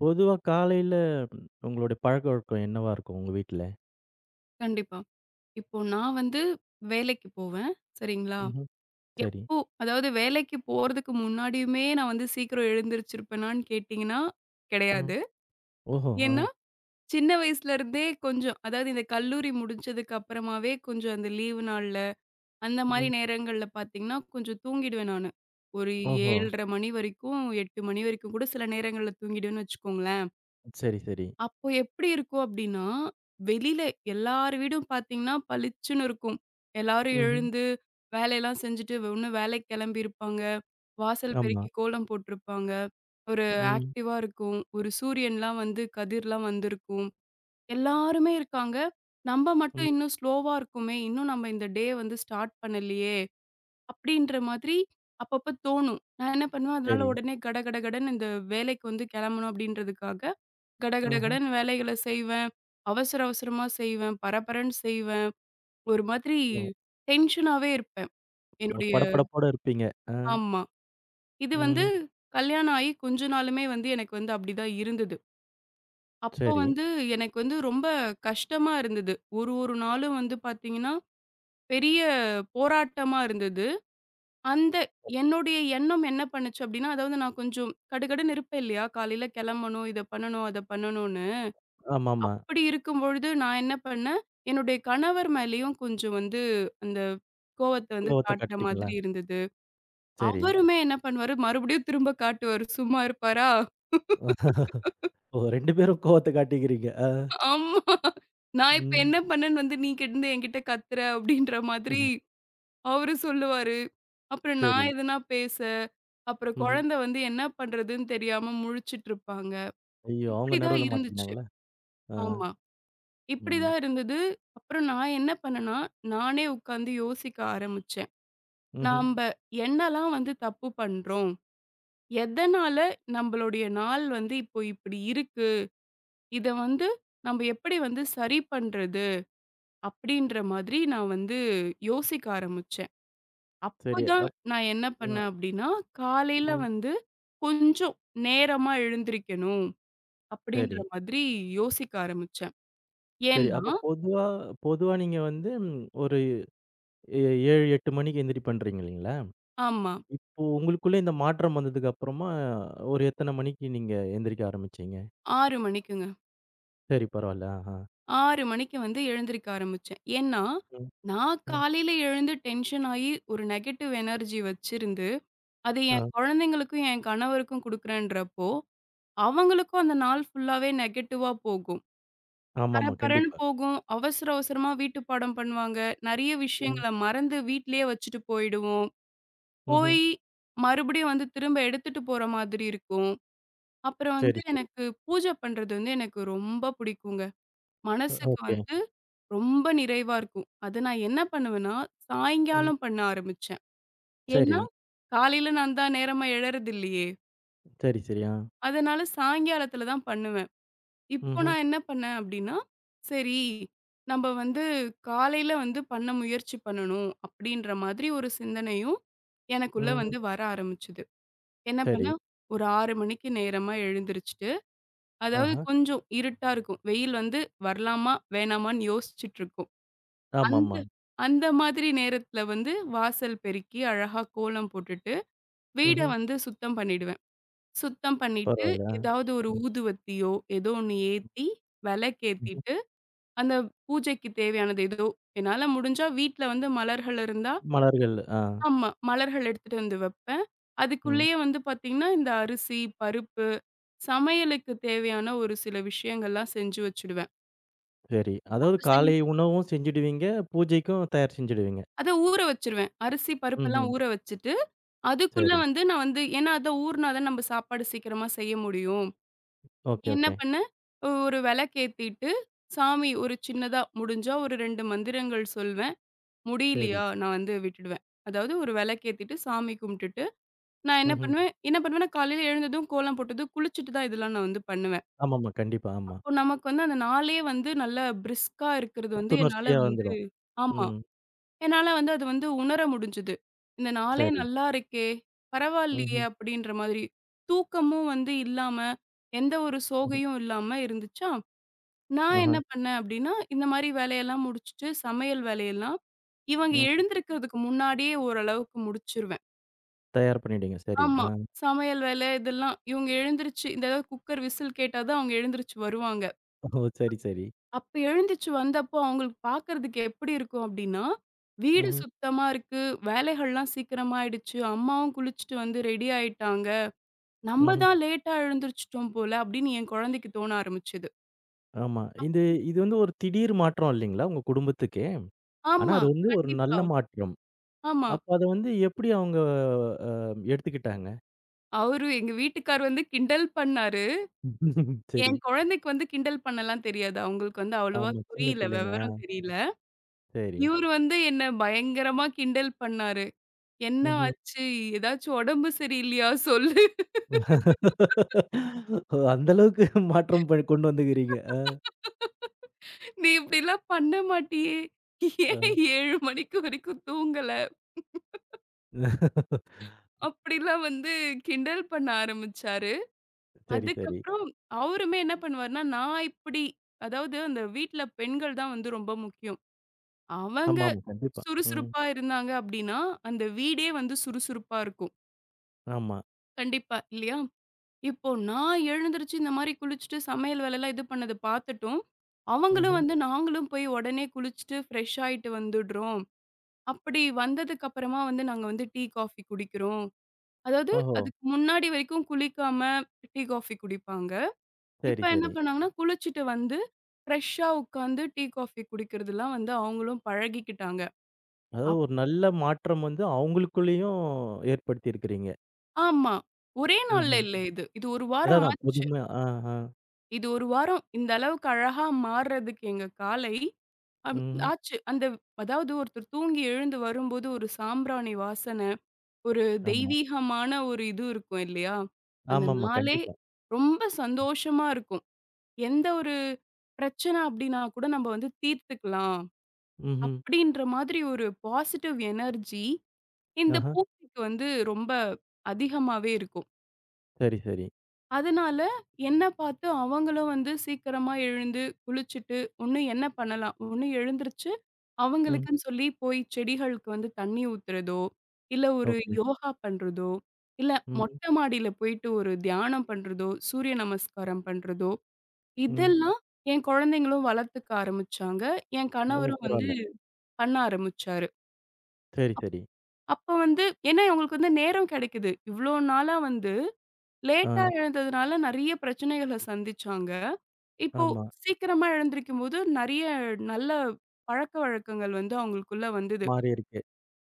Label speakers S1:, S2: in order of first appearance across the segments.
S1: பொதுவா காலையில உங்களுடைய பழக்கவழக்கம் என்னவா இருக்கும் உங்க வீட்ல?
S2: கண்டிப்பா. இப்போ நான் வந்து வேலைக்கு போவேன். சரிங்களா? ம்.
S1: ம்ஹ்ம். சரி.
S2: எப்போ அதாவது வேலைக்கு போறதுக்கு முன்னாடியுமே நான் வந்து சீக்கிரம் எழுந்திரிச்சிருப்பேனான்னு கேட்டீங்கன்னா,
S1: ம்.
S2: கிடையாது.
S1: ஓஹோ! ஆ.
S2: ஏன்னா, சின்ன வயசுல இருந்தே கொஞ்சம் அதாவது இந்த கல்லூரி முடிஞ்சதுக்கு அப்புறமாவே கொஞ்சம் அந்த லீவு நாள்ல, அந்த மாரி
S1: ம்.
S2: நேரங்கள்ல பார்த்தீங்கன்னா, கொஞ்சம் தூங்கிடுவேன் நானு. ஒரு
S1: ஓஹோ!
S2: 7:30 மணி வரைக்கும், 8 மணி வரைக்கும் கூட சில நேரங்கள்ல தூங்கிடுவேன்னு வச்சுக்கோங்களேன்.
S1: சரி, சரி.
S2: அப்போ எப்படி இருக்கும் அப்படின்னா, வெளியில எல்லார் வீடும் பார்த்தீங்கன்னா பளிச்சுன்னு இருக்கும். எல்லாரும்
S1: ம்ஹ்ம்.
S2: எழுந்து வேலையெல்லாம் செஞ்சுட்டு ஒண்ணு வேலைக்கு கிளம்பியிருப்பாங்க. வாசல்
S1: ஆமா.
S2: பெருக்கி கோலம் போட்டிருப்பாங்க. ஒரு
S1: ம்.
S2: ஆக்டிவா இருக்கும். ஒரு சூரியன்லாம் வந்து கதிர்லாம் வந்திருக்கும். எல்லாருமே இருக்காங்க. நம்ம
S1: ம்.
S2: மட்டும் இன்னும் ஸ்லோவா இருக்குமே! இன்னும் நம்ம இந்த டே வந்து ஸ்டார்ட் பண்ணலையே! அப்படின்ற மாதிரி அப்பப்ப தோணும். நான் என்ன பண்ணுவேன், அதனால
S1: சரி.
S2: உடனே கட கட கடன்னு இந்த வேலைக்கு வந்து கிளம்பணும் அப்படின்றதுக்காக
S1: ஆஹ.
S2: கடகடகடன்னு வேலைகள செய்வேன். அவசர அவசரமா செய்வேன். பரபரன்னு செய்வேன். ஒரு மாதிரி
S1: ஓ!
S2: டென்ஷனாவே இருப்பேன்.
S1: ஒரு
S2: என்னுடைய
S1: படபடப்போட இருப்பீங்க. ஆ.
S2: ஆமா. இது வந்து
S1: ம்.
S2: கல்யாணம் ஆயி கொஞ்ச நாளுமே வந்து எனக்கு வந்து அப்படிதான் இருந்தது. அப்போ
S1: சரி.
S2: வந்து எனக்கு வந்து ரொம்ப கஷ்டமா இருந்தது. ஒரு ஒரு நாளும் வந்து பார்த்தீங்கன்னா, பெரிய போராட்டமா இருந்தது. அந்த என்னுடைய எண்ணம் என்ன பண்ணுச்சு அப்படின்னா, அதாவது நான் கொஞ்சம் கடுகடுன்னு இருப்பேன் இல்லையா? காலையில கெளம்பணும், இத பண்ணணும், அத பண்ணணும்னு.
S1: ஆமாமா.
S2: அப்படி இருக்கும் பொழுது நான் என்ன பண்ணேன், என்னுடைய கணவர் மேலயும் கொஞ்சம் வந்து அந்த கோவத்த வந்து
S1: கோவத்த
S2: காட்டுற
S1: காட்டிட்டீங்களா?
S2: மாதிரி இருந்தது.
S1: சரி.
S2: அவருமே என்ன பண்ணுவாரு, மறுபடியும் திரும்ப காட்டுவாரு. சும்மா இருப்பாரா?
S1: ஓ! 2 பேரும் கோவத்த காட்டிக்கிறீங்க. ஆ.
S2: ஆமா. நான் இப்ப
S1: ம்.
S2: என்ன பண்ணேன்னு வந்து நீ கிடந்து என்கிட்ட கத்துற அப்படின்ற மாதிரி அவரு சொல்லுவாரு. அப்புறம்
S1: சரி.
S2: நான் எதுனா பேச, அப்புறம்
S1: ம்ஹ்ம்.
S2: குழந்தை வந்து என்ன பண்றதுன்னு தெரியாம முழிச்சுட்டு இருப்பாங்க.
S1: ஐயோ! அவங்க
S2: இப்படிதான்
S1: நடுவுல
S2: இருந்துச்சு.
S1: மாட்டிக்கினாங்களா? ஆ.
S2: ஆமா.
S1: ம்.
S2: இப்படிதான் இருந்தது. அப்புறம் நான் என்ன பண்ணேன்னா, நானே உட்கார்ந்து யோசிக்க ஆரம்பிச்சேன்.
S1: ம்ஹ்ம்.
S2: நாம்ப என்னலாம் வந்து தப்பு பண்றோம்? எதனால நம்பளுடைய நாள் வந்து இப்போ இப்டி இருக்கு? இத வந்து நம்ப எப்படி வந்து சரி பண்றது? அப்டின்ற மாதிரி நான் வந்து யோசிக்க ஆரம்பிச்சேன்.
S1: சரி.
S2: அப்பதான்
S1: அப்
S2: நான் என்ன
S1: அ.
S2: பண்ணேன் அப்டின்னா, காலையில
S1: ம்.
S2: வந்து கொஞ்சம் நேரமா எழுந்திரிக்கணும் அப்டின்ற
S1: சரி.
S2: மாதிரி யோசிக்க ஆரம்பிச்சேன்.
S1: சரி.
S2: ஏன்னா
S1: அப்ப பொதுவா பொதுவா நீங்க வந்து ஒரு ஏ 7, 8 மணிக்கு எந்திரிப்பேன்றீங்க இல்லைங்களா?
S2: ஆமா.
S1: இப்போ உங்களுக்குள்ள இந்த மாற்றம் வந்ததுக்கு அப்புறமா ஒரு எத்தன மணிக்கு நீங்க எந்திரிக்க ஆரம்பிச்சீங்க?
S2: 6 மணிக்குங்க.
S1: சரி பரவால்ல. ஆஹா.
S2: 6 மணிக்கு வந்து எழுந்திரிக்க ஆரம்பிச்சேன். ஏன்னா,
S1: ம்,
S2: நான்
S1: ம்.
S2: காலையில எழுந்து டென்ஷன் ஆயி ஒரு நெகட்டிவ் எனர்ஜி வச்சிருந்து, அது
S1: ஆ.
S2: என் குழந்தைங்களுக்கும், என் கணவருக்கும் குடுக்குறேன்றப்போ, அவங்களுக்கும் அந்த நாள் ஃபுல்லாவே நெகட்டிவா போகும்.
S1: ஆமாமா.
S2: பரபரன்னு
S1: கண்டிப்பா.
S2: போகும். அவசர அவசரமா வீட்டு பாடம் பண்ணுவாங்க. நெறைய
S1: ம்.
S2: விஷயங்கள மறந்து வீட்லயே வச்சுட்டு போயிடுவோம்.
S1: ம்ஹ்ம்.
S2: போய் மறுபடியும் வந்து திரும்ப எடுத்துட்டு போற மாதிரி இருக்கும். அப்புறம் வந்து
S1: சரி, சரி.
S2: எனக்கு பூஜை பண்றது வந்து எனக்கு ரொம்ப புடிக்குங்க. மனசுக்கு
S1: ஓகே.
S2: வந்து ரொம்ப நிறைவா இருக்கும். அத நான் என்ன பண்ணுவேன்னா,
S1: ம்.
S2: சாயங்காலம் பண்ண ஆரம்பிச்சேன்.
S1: சரி.
S2: ஏன்னா, காலையில நான் தான் நேரமா எழறது இல்லையே!
S1: சரி, சரி. ஆ.
S2: அதனால சாயங்காலத்தில தான் பண்ணுவேன். இப்போ
S1: ம்ஹ்ம்.
S2: நான் என்ன பண்ணேன் அப்டின்னா, சரி நம்ப வந்து காலையில வந்து பண்ண முயற்சி பண்ணணும் அப்டின்ற மாதிரி ஒரு சிந்தனையும் எனக்குள்ள
S1: ம்ஹ்ம்.
S2: வந்து வர ஆரம்பிச்சது. என்ன
S1: சரி.
S2: பண்ணேன், ஒரு 6 மணிக்கு நேரமா எழுந்திரிச்சுட்டு, அதாவது
S1: ஆஹா.
S2: கொஞ்சம் இருட்டா இருக்கும். வெயில் வந்து வரலாமா? வேணாமான்னு யோசிச்சுட்டு இருக்கும். அந்த
S1: ஆமாமா.
S2: அந்த மாதிரி நேரத்துல வந்து வாசல் பெருக்கி, அழகா கோலம் போட்டுட்டு, வீட
S1: ம்ஹ்ம்.
S2: வந்து சுத்தம் பண்ணிடுவேன். சுத்தம் பண்ணிட்டு,
S1: பரவால்ல.
S2: ஏதாவது ஒரு
S1: ஆ. ம்.
S2: ஊதுவத்தியோ, ஏதோ ஒண்ணு ஏத்தி,
S1: ம்ஹ்ம்.
S2: விளக்கேத்திட்டு, அந்த பூஜைக்கு தேவையானது ஏதோ என்னால முடிஞ்சா வீட்ல வந்து மலர்கள் இருந்தா
S1: மலர்கள். ஆ.
S2: ஆமா. மலர்கள் எடுத்துட்டு வந்து வைப்பேன்.
S1: ம்.
S2: அதுக்குள்ளேயே வந்து பாத்தீங்கன்னா, இந்த அரிசி, பருப்பு, சமையலுக்கு தேவையான ஒரு சில விஷயங்கள்லாம் செஞ்சு வச்சுடுவேன்.
S1: சரி. அதாவது
S2: அப்ப செஞ்
S1: காலை உணவும் செஞ்சுடுவீங்க. பூஜைக்கும் தயார் செஞ்சுடுவீங்க.
S2: அத ஊற வச்சுருவேன். அரிசி, பருப்பெல்லாம்
S1: ம்ஹ்ம்.
S2: ஊற வச்சுட்டு அதுக்குள்ள
S1: சரி.
S2: வந்து நான் வந்து ஏன்னா அதான் ஊறுனா தான் நம்ம சாப்பாடு சீக்கிரமா செய்ய முடியும்.
S1: ஓகே,
S2: என்ன
S1: ஓகே.
S2: பண்ணேன், ஒரு விளக்கேத்திட்டு, சாமி ஒரு சின்னதா முடிஞ்சா ஒரு 2 மந்திரங்கள் சொல்வேன்.
S1: சரி.
S2: முடியலையா நான் வந்து விட்டுடுவேன். அதாவது ஒரு விளக்கேத்திட்டு, சாமி கும்பிட்டுட்டு, நான்
S1: ம்ஹ்ம்.
S2: என்ன பண்ணுவேன்னா, காலையில எழுந்ததும், கோலம் போட்டதும், குளிச்சுட்டு தான் இதெல்லாம் நான் வந்து பண்ணுவேன்.
S1: ஆமாமா. கண்டிப்பா. ஆமா.
S2: அப்போ நமக்கு வந்து அந்த நாளே வந்து நல்லா பிரிஸ்கா இருக்கிறது வந்து என்னால
S1: புத்துணர்ச்சியா
S2: வந்து
S1: வந்துடும்.
S2: ஆமா.
S1: ம்.
S2: என்னால வந்து அது வந்து உணர முடிஞ்சது. இந்த நாளே சரி.
S1: சரி.
S2: நல்லா இருக்கே! பரவாயில்லையே!
S1: ம்ஹ்ம்.
S2: அப்பிடின்ற மாதிரி. தூக்கமும் வந்து இல்லாம, எந்த ஒரு
S1: ம்ஹ்ம்.
S2: சோகையும் இல்லாம இருந்துச்சா! நான்
S1: ஆஹா.
S2: என்ன சரி. பண்ணேன் அப்பிடின்னா, இந்தமாரி வேலையெல்லாம் முடிச்சுட்டு, சமையல் வேலையெல்லாம் இவங்க
S1: ம்.
S2: எழுந்திருக்கிறதுக்கு முன்னாடியே ஓரளவுக்கு முடிச்சுருவேன்.
S1: தயார் பண்ணிடுவீங்க. சரி.
S2: ஆமா.
S1: ஆ.
S2: சமையல் வேலை இதெல்லாம் இவுங்க எழுந்திருச்சு இந்த ஏதாவது குக்கர் விசில் கேட்டா தான் அவுங்க எழுந்திருச்சு வருவாங்க.
S1: ஓ! சரி, சரி.
S2: அப்ப எழுந்திச்சு வந்தப்போ அவங்களுக்கு பார்க்கறதுக்கு எப்படி இருக்கும் அப்படின்னா, வீடு
S1: ம்ஹ்ம்.
S2: சுத்தமா இருக்கு, வேலைகள்லாம் சீக்கிரமா ஆயிடுச்சு, அம்மாவும் குளிச்சுட்டு வந்து ரெடி ஆயிட்டாங்க. நம்ம
S1: ம்ஹ்ம்.
S2: தான் லேட்டா எழுந்திரிச்சுட்டோம் போல அப்படின்னு என் குழந்தைக்கு தோண ஆரம்பிச்சது.
S1: ஆமா.
S2: அப்
S1: இது இது வந்து ஒரு திடீர் மாற்றம் இல்லைங்களா? உங்க குடும்பத்துக்கே. ஆனா
S2: ஆமா,
S1: அது வந்து ஒரு
S2: கண்டிப்பா.
S1: நல்ல மாற்றம்.
S2: ஆமா.
S1: அப்ப அத வந்து எப்படி அவங்க அ எடுத்துக்கிட்டாங்க?
S2: அவரு எங்க வீட்டுக்கார் வந்து கிண்டல் பண்ணாரு.
S1: சரி.
S2: என் குழந்தைக்கு வந்து கிண்டல் பண்ணலாம் தெரியாது. அவங்களுக்கு வந்து அவ்வளவா
S1: ஆமா. சின்ன
S2: புரியல,
S1: பிள்ளைங்க. ஆ
S2: விவரம் தெரியல.
S1: சரி.
S2: இவரு வந்து என்ன பயங்கரமா கிண்டல் பண்ணாரு. "என்ன
S1: ம்ஹ்ம்.
S2: ஆச்சு? ஏதாச்சும் உடம்பு சரியில்லையா? சொல்லு."
S1: ஓ! அந்த அளவுக்கு மாற்றம் கொண்டு வந்துக்கிறீங்க.
S2: நீ இப்படிலாம் பண்ண மாட்டியே! ஏன்
S1: அ.
S2: 7 மணிக்கு வரைக்கும் தூங்கல? அப்படிலாம் வந்து கிண்டல் பண்ண ஆரம்பிச்சாரு.
S1: சரி, சரி.
S2: அதுக்கப்புறம் அவருமே என்ன பண்ணுவாருன்னா, நான் இப்படி அதாவது அந்த வீட்ல பெண்கள் தான் வந்து ரொம்ப முக்கியம். அவங்க
S1: ஆமாமா. கண்டிப்பா. ம்.
S2: சுறுசுறுப்பா இருந்தாங்க அப்படின்னா, அந்த வீடே வந்து சுறுசுறுப்பா இருக்கும்.
S1: ஆமா.
S2: கண்டிப்பா, இல்லையா? இப்போ நான் எழுந்திருச்சு இந்த மாரி குளிச்சுட்டு சமையல் வேலைலாம் இது பண்ணத பார்த்துட்டும், அவங்களும்
S1: ம்ஹ்ம்.
S2: வந்து நாங்களும் போய் உடனே குளிச்சுட்டு ஃப்ரெஷ் ஆயிட்டு வந்துடுறோம். அப்படி வந்ததுக்கு அப்புறமா வந்து நாங்க வந்து டீ, காஃபி குடிக்கிறோம். அதாவது
S1: ஓஹோ!
S2: அதுக்கு முன்னாடி வரைக்கும் குளிக்காம டீ, காஃபி குடிப்பாங்க. இப்ப
S1: சரி,
S2: என்ன
S1: சரி.
S2: பண்ணாங்கன்னா, குளிச்சுட்டு வந்து ஃப்ரெஷ்ஷா உட்காந்து டீ, காஃபி குடிக்கிறதெல்லாம் வந்து அவங்களும் பழகிக்கிட்டாங்க.
S1: அதாவது
S2: அப்
S1: ஒரு நல்ல மாற்றம் வந்து அவங்களுக்குள்ளயும் ஏற்படுத்தியிருக்கிறீங்க.
S2: ஆமா. ஒரே நாள்ல
S1: ம்ஹ்ம்.
S2: இல்ல இது. இது 1
S1: அதான்,
S2: வாரம்
S1: அதான்.
S2: ஆச்சு.
S1: புதுமை ஆ, ஆ.
S2: இது 1 வாரம் இந்த அளவுக்கு அழகா மாறுறதுக்கு எங்க காலை அம்
S1: ம்ஹ்ம்.
S2: ஆச்சு. அந்த அதாவது ஒருத்தர் தூங்கி எழுந்து வரும்போது ஒரு சாம்பிராணி வாசன. ஒரு
S1: ஆமா.
S2: தெய்வீகமான ஒரு இது இருக்கும் இல்லையா? அந்த
S1: ஆமாமா.
S2: நாளே
S1: கண்டிப்பா.
S2: ரொம்ப சந்தோஷமா இருக்கும். எந்த ஒரு பிரச்சனை அப்டின்னா கூட நம்ம வந்து தீர்த்துக்கலாம்.
S1: ம்ஹ்ம்.
S2: அப்டின்ற மாதிரி ஒரு பாசிட்டிவ் எனர்ஜி இந்த
S1: ஆஹா.
S2: பூஜைக்கு வந்து ரொம்ப அதிகமாவே இருக்கும்.
S1: சரி, சரி.
S2: அதனால என்ன பார்த்து அவங்களும் வந்து சீக்கிரமா எழுந்து, குளிச்சுட்டு, ஒண்ணு என்ன பண்ணலாம்? ஒண்ணு எழுந்திருச்சு
S1: ம்.
S2: அவங்களுக்குன்னு சொல்லி போய் செடிகளுக்கு வந்து தண்ணி ஊத்துறதோ, இல்ல ஒரு
S1: ஓகே.
S2: யோகா பண்றதோ, இல்ல
S1: ம்ஹ்ம்.
S2: மொட்டை மாடியில போயிட்டு ஒரு தியானம் பண்றதோ, சூரிய நமஸ்காரம் பண்றதோ,
S1: ம்.
S2: இதெல்லாம் என் குழந்தைங்களும் வளர்த்துக்க ஆரம்பிச்சாங்க. என்
S1: ஓ!
S2: கணவரும் வந்து
S1: பரவால்ல.
S2: பண்ண ஆரம்பிச்சாரு.
S1: சரி, சரி.
S2: அப்ப வந்து ஏன்னா அவங்களுக்கு வந்து நேரம் கிடைக்குது. இவ்ளோ நாளா வந்து
S1: ஆ.
S2: லேட்டா எழுந்ததுனால நெறைய பிரச்சனைகள சந்திச்சாங்க. இப்போ
S1: ஆமா.
S2: சீக்கிரமா எழுந்திரிக்கும்போது நெறைய நல்ல பழக்கவழக்கங்கள் வந்து அவங்களுக்குள்ள வந்தது.
S1: மாறியிருக்கு.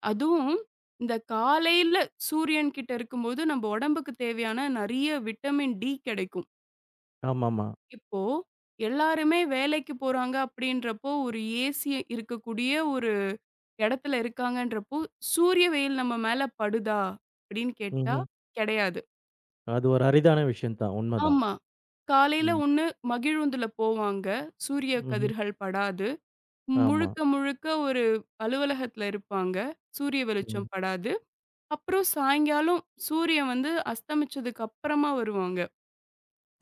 S2: அதுவும் இந்த காலையில சூரியன் கிட்ட இருக்கும்போது நம்ம உடம்புக்கு தேவையான நிறைய விட்டமின் டி கிடைக்கும்.
S1: ஆமாமா.
S2: இப்போ எல்லாருமே வேலைக்கு போறாங்க அப்படின்றப்போ, ஒரு ஏசி இருக்கக்கூடிய ஒரு இடத்துல இருக்காங்கன்றப்போ, "சூரிய வெயில் நம்ம மேல படுதா?" அப்படின்னு கேட்டா,
S1: ம்ஹ்ம்.
S2: கிடையாது.
S1: அது ஒரு அரிதான விஷயம் தான். உண்மதான்.
S2: ஆமா. காலையில
S1: ம்.
S2: ஒண்ணு மகிழுந்துல போவாங்க. சூரிய
S1: ம்ஹ்ம்.
S2: கதிர்கள் படாது.
S1: ஆமா.
S2: முழுக்க முழுக்க ஒரு அலுவலகத்துல இருப்பாங்க. சூரிய
S1: ம்.
S2: வெளிச்சம் படாது. அப்புறம் சாயங்காலம் சூரியன் வந்து அஸ்தமிச்சதுக்கு அப்புறமா வருவாங்க.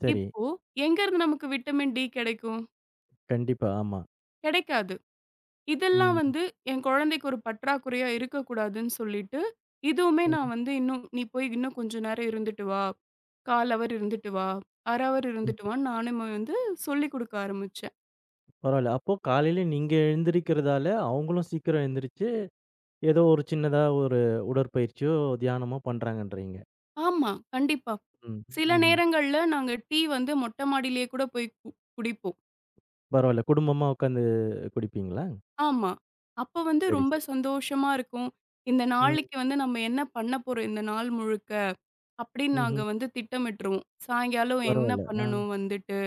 S1: சரி.
S2: இப்போ எங்கருந்து நமக்கு விட்டமின் டி கிடைக்கும்?
S1: கண்டிப்பா. ஆமா.
S2: கிடைக்காது. இதெல்லாம்
S1: ம்.
S2: வந்து என் குழந்தைக்கு ஒரு பற்றாக்குறையா இருக்கக்கூடாதுன்னு சொல்லிட்டு, இதுவுமே
S1: ம்.
S2: நான் வந்து இன்னும் "நீ போய் இன்னும் கொஞ்ச நேரம் இருந்துட்டு வா. 1/4 ஹவர் இருந்துட்டு வா. 1/2 ஹவர்
S1: ம்.
S2: இருந்துட்டு வான்னு" நானுமே வந்து சொல்லிக் குடுக்க ஆரம்பிச்சேன்.
S1: பரவாயில்ல. அப்போ காலையில நீங்க எழுந்திரிக்கிறதால, அவங்களும் சீக்கிரம் எந்திரிச்சு, ஏதோ ஒரு சின்னதா ஒரு உடற்பயிற்சியோ, தியானமோ பண்றாங்கன்றீங்க.
S2: ஆமா, கண்டிப்பா.
S1: ம்.
S2: சில
S1: ம்ஹ்ம்.
S2: நேரங்கள்ல நாங்க டீ வந்து மொட்ட மாடியிலேயே கூட போய் குடிப்போம்.
S1: பரவாயில்ல. குடும்பமா உட்காந்து குடிப்பீங்களா?
S2: ஆமா. அப்ப வந்து
S1: சரி,
S2: ரொம்ப
S1: சரி.
S2: சந்தோஷமா இருக்கும். இந்த
S1: ம்.
S2: நாளைக்கு வந்து நம்ம என்ன பண்ண போறோம் இந்த நாள் முழுக்க? அப்படின்னு நாங்க
S1: ம்ஹ்ம்.
S2: வந்து திட்டமிட்டுருவோம். சாயங்காலம் என்ன
S1: பரவாயில்ல. ஆ.
S2: பண்ணணும் வந்துட்டு?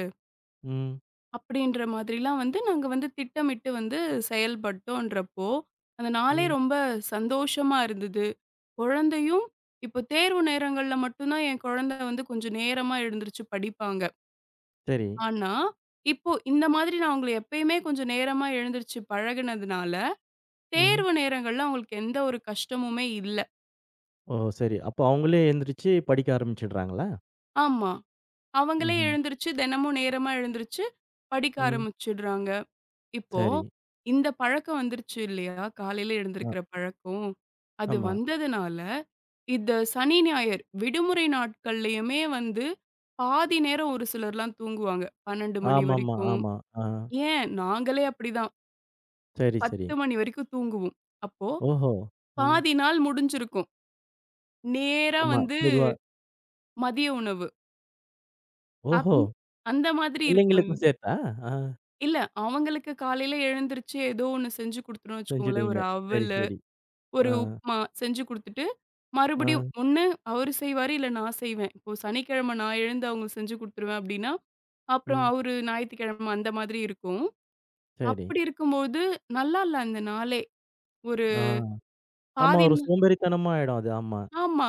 S1: ம்.
S2: அப்படின்ற மாதிரிலாம் வந்து நாங்க வந்து திட்டமிட்டு வந்து செயல்பட்டோன்றப்போ, அந்த நாளே
S1: ம்.
S2: ரொம்ப சந்தோஷமா இருந்தது. குழந்தையும் இப்போ தேர்வு நேரங்கள்ல மட்டும் தான் என் குழந்தை வந்து கொஞ்சம் நேரமா எழுந்திருச்சு படிப்பாங்க.
S1: சரி.
S2: ஆனா, இப்போ இந்த மாதிரி நான் அவங்கள எப்பயுமே கொஞ்சம் நேரமா எழுந்திருச்சு பழகுனதுனால,
S1: ம்.
S2: தேர்வு நேரங்கள்ல அவங்களுக்கு எந்த ஒரு கஷ்டமுமே இல்ல.
S1: ஓ! சரி. அப்போ அவங்களே எந்திரிச்சு படிக்க ஆரம்பிச்சுடுறாங்களா?
S2: ஆமா. அவங்களே
S1: ம்ஹ்ம்.
S2: எழுந்திருச்சு தினமும் நேரமா எழுந்திருச்சு படிக்க
S1: ம்.
S2: ஆரம்பிச்சுடுறாங்க. இப்போ
S1: சரி.
S2: இந்த பழக்கம் வந்துருச்சு இல்லையா? காலையில
S1: அ.
S2: எழுந்திருக்கிற பழக்கம். அது
S1: ஆமா.
S2: வந்ததுனால, இந்த சனி, ஞாயிறு விடுமுறை நாட்கள்லயுமே வந்து பாதி நேரம் ஒரு சிலர்லாம் தூங்குவாங்க. 12 மணி
S1: ஆமாமா,
S2: வரைக்கும்.
S1: ஆமா. ஆ.
S2: ஏன் நாங்களே அப்படிதான்.
S1: சரி, சரி.
S2: 10 மணி வரைக்கும் தூங்குவோம். அப்போ
S1: ஓஹோ! ம்.
S2: பாதி நாள் முடிஞ்சிருக்கும். நேரா
S1: ஆமா.
S2: வந்து
S1: பொதுவா.
S2: மதிய உணவு.
S1: ஓஹோ!
S2: அப்டி அந்த மாதிரி இருக்கும்.
S1: பிள்ளைங்களுக்கும் சேர்த்தா? ஆ.
S2: இல்ல அவங்களுக்கு காலையில எழுந்திருச்சு ஏதோ ஒண்ணு செஞ்சு குடுத்துட்டோம்னு வச்சுக்கோங்களேன்,
S1: செஞ்சுடுவீங்க.
S2: ஒரு
S1: சரி,
S2: அவலு,
S1: சரி. ஆ,
S2: ஒரு உப்புமா செஞ்சு குடுத்துட்டு,
S1: ஆ.
S2: மறுபடியும் ஒண்ணு அவரு செய்வாரு, இல்ல நான் செய்வேன். இப்போ சனிக்கிழமை நான் எழுந்து அவங்களுக்கு செஞ்சு குடுத்துருவேன் அப்டின்னா, அப்புறம்
S1: ம்.
S2: அவரு ஞாயித்துக்கிழமை அந்த மாதிரி இருக்கும்.
S1: சரி.
S2: அப்படி இருக்கும்போது நல்லா இல்ல அந்த நாளே. ஒரு
S1: ஆ. ஆமா
S2: பாதி
S1: ஒரு சோம்பேறித்தனமா ஆயிடும் அது. ஆமா.
S2: ஆமா.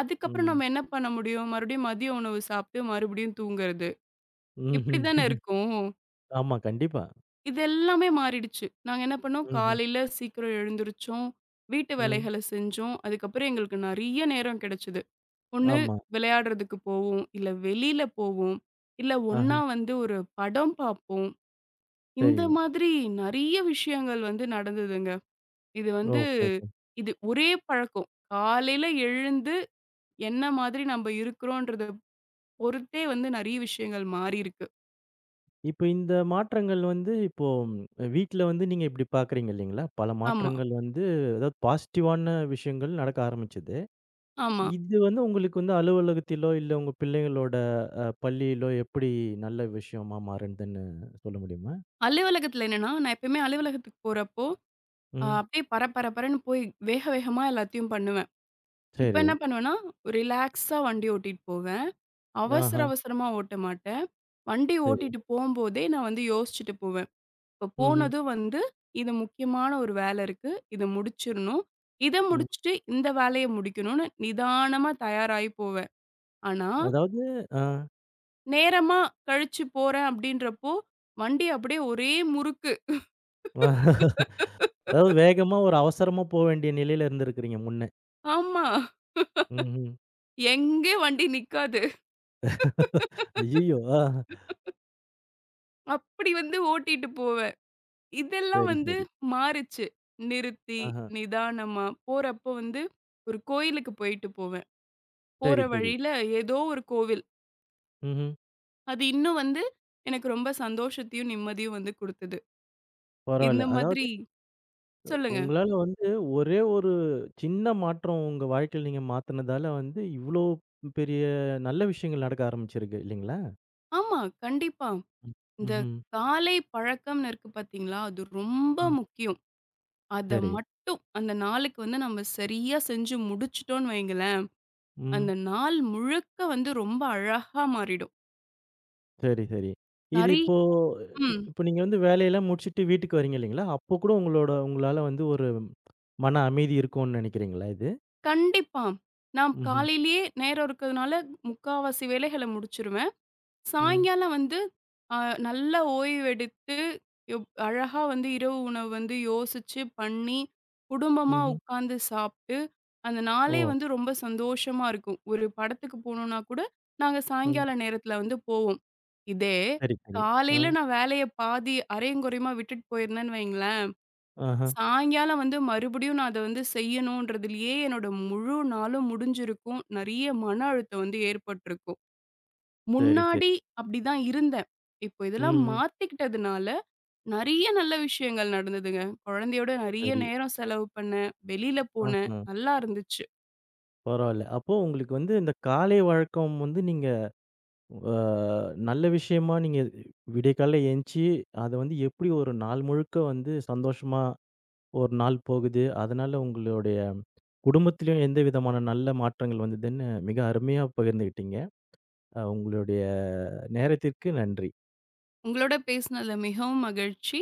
S2: அதுக்கப்புறம்
S1: ம்.
S2: நம்ம என்ன பண்ண முடியும்? மறுபடியும் மதிய உணவு சாப்ட்டு மறுபடியும் தூங்குறது. இப்படி தானே
S1: ம்ஹ்ம்.
S2: இருக்கும்.
S1: ஆமா. கண்டிப்பா.
S2: இது எல்லாமே மாறிடுச்சு. நாங்க என்ன பண்ணோம்,
S1: ம்ஹ்ம்.
S2: காலையில சீக்கிரம் எழுந்திரிச்சோம். வீட்டு
S1: ம்.
S2: வேலைகள செஞ்சோம். அதுக்கப்புறம் எங்களுக்கு நெறைய நேரம் கிடைச்சது. ஒண்ணு
S1: ஆமா.
S2: விளையாடுறதுக்கு போவோம், இல்ல வெளியில போவோம், இல்ல ஒண்ணா
S1: ஆஹ.
S2: வந்து ஒரு படம் பார்ப்போம். இந்த
S1: சரி.
S2: மாதிரி நெறைய விஷயங்கள் வந்து நடந்ததுங்க. இது வந்து
S1: ஓகே, ஓகே.
S2: இது ஒரே பழக்கம். காலையில எழுந்து என்ன மாதிரி நம்ம இருக்கிறோன்றத பொறுத்தே வந்து நெறைய விஷயங்கள் மாறியிருக்கு.
S1: இப்ப இந்த மாற்றங்கள் வந்து இப்போ வீட்ல வந்து நீங்க இப்படி பார்க்குறீங்க இல்லைங்களா? பல
S2: ஆமா,
S1: மாற்றங்கள் வந்து அதாவது பாசிட்டிவான விஷயங்கள் நடக்க ஆரம்பிச்சது.
S2: ஆமா.
S1: இது வந்து உங்களுக்கு வந்து அலுவலகத்திலோ, இல்ல உங்க பிள்ளைங்களோட பள்ளியிலோ எப்படி நல்ல விஷயமா மாறுனதுன்னு சொல்ல முடியுமா?
S2: அலுவலகத்துல என்னன்னா, நான் எப்பயுமே அலுவலகத்துக்கு போறப்போ
S1: ம்.
S2: அப்படியே பர பர பரன்னு போய் வேக வேகமா எல்லாத்தையும் பண்ணுவேன். இப்ப
S1: சரி.
S2: என்ன பண்ணுவேன்னா, ரிலாக்ஸா வண்டி ஓட்டிட்டு போவேன். அவசர
S1: ஆஹா.
S2: அவசரமா ஓட்ட மாட்டேன். வண்டி
S1: சரி.
S2: ஓட்டிட்டு போம்போதே நான் வந்து யோசிச்சுட்டு போவேன். இப்ப
S1: ம்ஹ்ம்.
S2: போனதும் வந்து இது முக்கியமான ஒரு வேலை இருக்கு. இத முடிச்சிரணும். இத
S1: ம்.
S2: முடிச்சுட்டு இந்த வேலைய முடிக்கணும்னு நிதானமா தயாராகி போவேன். ஆனா,
S1: அதாவது ஆ.
S2: நேரமா கழிச்சு போறேன் அப்படின்றப்போ, வண்டி அப்படியே ஒரே முறுக்கு.
S1: அதாவது வேகமா ஒரு அவசரமா போ வேண்டிய நிலையில இருந்திருக்கிறீங்க முன்ன.
S2: ஆமா.
S1: ம்ஹ்ம்.
S2: எங்கே வண்டி நிக்காது.
S1: ஐய்யயோ! ஆ.
S2: அப்படி வந்து ஓட்டிட்டு போவேன். இதெல்லாம்
S1: சரி,
S2: வந்து
S1: சரி.
S2: மாறுச்சு. நிறுத்தி,
S1: ஆஹா.
S2: நிதானமா போறப்போ வந்து ஒரு கோயிலுக்கு போயிட்டு போவேன். போற
S1: சரி, சரி.
S2: வழியில ஏதோ ஒரு கோவில்.
S1: ம்ஹ்ம்.
S2: அது இன்னும் வந்து எனக்கு ரொம்ப சந்தோஷத்தையும், நிம்மதியும் வந்து குடுத்தது. இந்த
S1: பரவால்ல. அதாவது
S2: மாதிரி சொல்லுங்க.
S1: உங்களால வந்து ஒரே ஒரு சின்ன மாற்றம் உங்க வாழ்க்கையில நீங்க மாத்துனதால வந்து, இவ்ளோ பெரிய நல்ல விஷயங்கள் நடக்க ஆரம்பிச்சிருக்கு இல்லைங்களா?
S2: ஆமா, கண்டிப்பா.
S1: ம்.
S2: இந்த
S1: ம்ஹ்ம்.
S2: காலை பழக்கம்னு இருக்கு பார்த்தீங்களா? அது ரொம்ப
S1: ம்.
S2: முக்கியம். அத
S1: சரி.
S2: மட்டும் அந்த நாளுக்கு வந்து நம்ம சரியா செஞ்சு முடிச்சுட்டோம்னு வைங்களேன்,
S1: ம்.
S2: அந்த நாள் முழுக்க வந்து ரொம்ப அழகா மாறிடும்.
S1: சரி, சரி. இது
S2: நெறை
S1: இப்போ
S2: ம்.
S1: இப்போ நீங்க வந்து வேலையெல்லாம் முடிச்சுட்டு வீட்டுக்கு வரீங்க இல்லைங்களா? அப்போ கூட உங்களோட உங்களால வந்து ஒரு மன அமைதி இருக்கும்னு நினைக்கிறீங்களா இது?
S2: கண்டிப்பா. நான்
S1: ம்ஹ்ம்.
S2: காலையிலேயே நேரம் இருக்கிறதுனால, முக்காவாசி வேலைகள முடிச்சுருவேன்.
S1: ம்.
S2: சாயங்காலம் வந்து அ நல்லா ஓய்வெடுத்து, எவ் அழகா வந்து இரவு உணவு வந்து யோசிச்சு பண்ணி, குடும்பமா
S1: ம்ஹ்ம்.
S2: உட்காந்து சாப்ட்டு, அந்த நாளே
S1: ஓ!
S2: வந்து ரொம்ப சந்தோஷமா இருக்கும். ஒரு படத்துக்கு போணும்னா கூட, நாங்க
S1: ம்.
S2: சாயங்கால நேரத்துல வந்து போவோம். இதே
S1: சரி, சரி. அ.
S2: காலையில நான் வேலைய பாதி அரையும் குறையுமா விட்டுட்டு போயிருந்தேன்னு வைங்களேன்
S1: ஆஹ.
S2: சாயங்காலம் வந்து மறுபடியும் நான் அத வந்து செய்யணுன்றதுலயே என்னோட முழு நாளும் முடிஞ்சிருக்கும். நெறைய மன அழுத்தம் வந்து ஏற்பட்டுருக்கும்.
S1: சரி, சரி.
S2: முன்னாடி அப்படிதான் இருந்தேன். இப்போ இதெல்லாம்
S1: ம்.
S2: மாத்திக்கிட்டதுனால, நெறைய நல்ல விஷயங்கள் நடந்ததுங்க. குழந்தையோட நெறைய
S1: சரி.
S2: நேரம் செலவு பண்ணேன். வெளியில போனேன்.
S1: ஆஹ.
S2: நல்லா இருந்துச்சு.
S1: பரவால்ல. அப்போ உங்களுக்கு வந்து இந்த காலை வழக்கம் வந்து நீங்க அ நல்ல விஷயமா நீங்க விடியக்காலையில எந்திச்சு, அத வந்து எப்படி ஒரு நாள் முழுக்க வந்து சந்தோஷமா ஒரு நாள் போகுது. அதனால உங்களுடைய குடும்பத்திலயும் எந்த விதமான நல்ல மாற்றங்கள் வந்ததுன்னு மிக அருமையா பகிர்ந்துகிட்டீங்க. உங்களுடைய நேரத்திற்கு நன்றி.
S2: உங்களோட பேசினதுல மிகவும் மகிழ்ச்சி.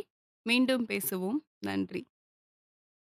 S2: மீண்டும் பேசுவோம். நன்றி.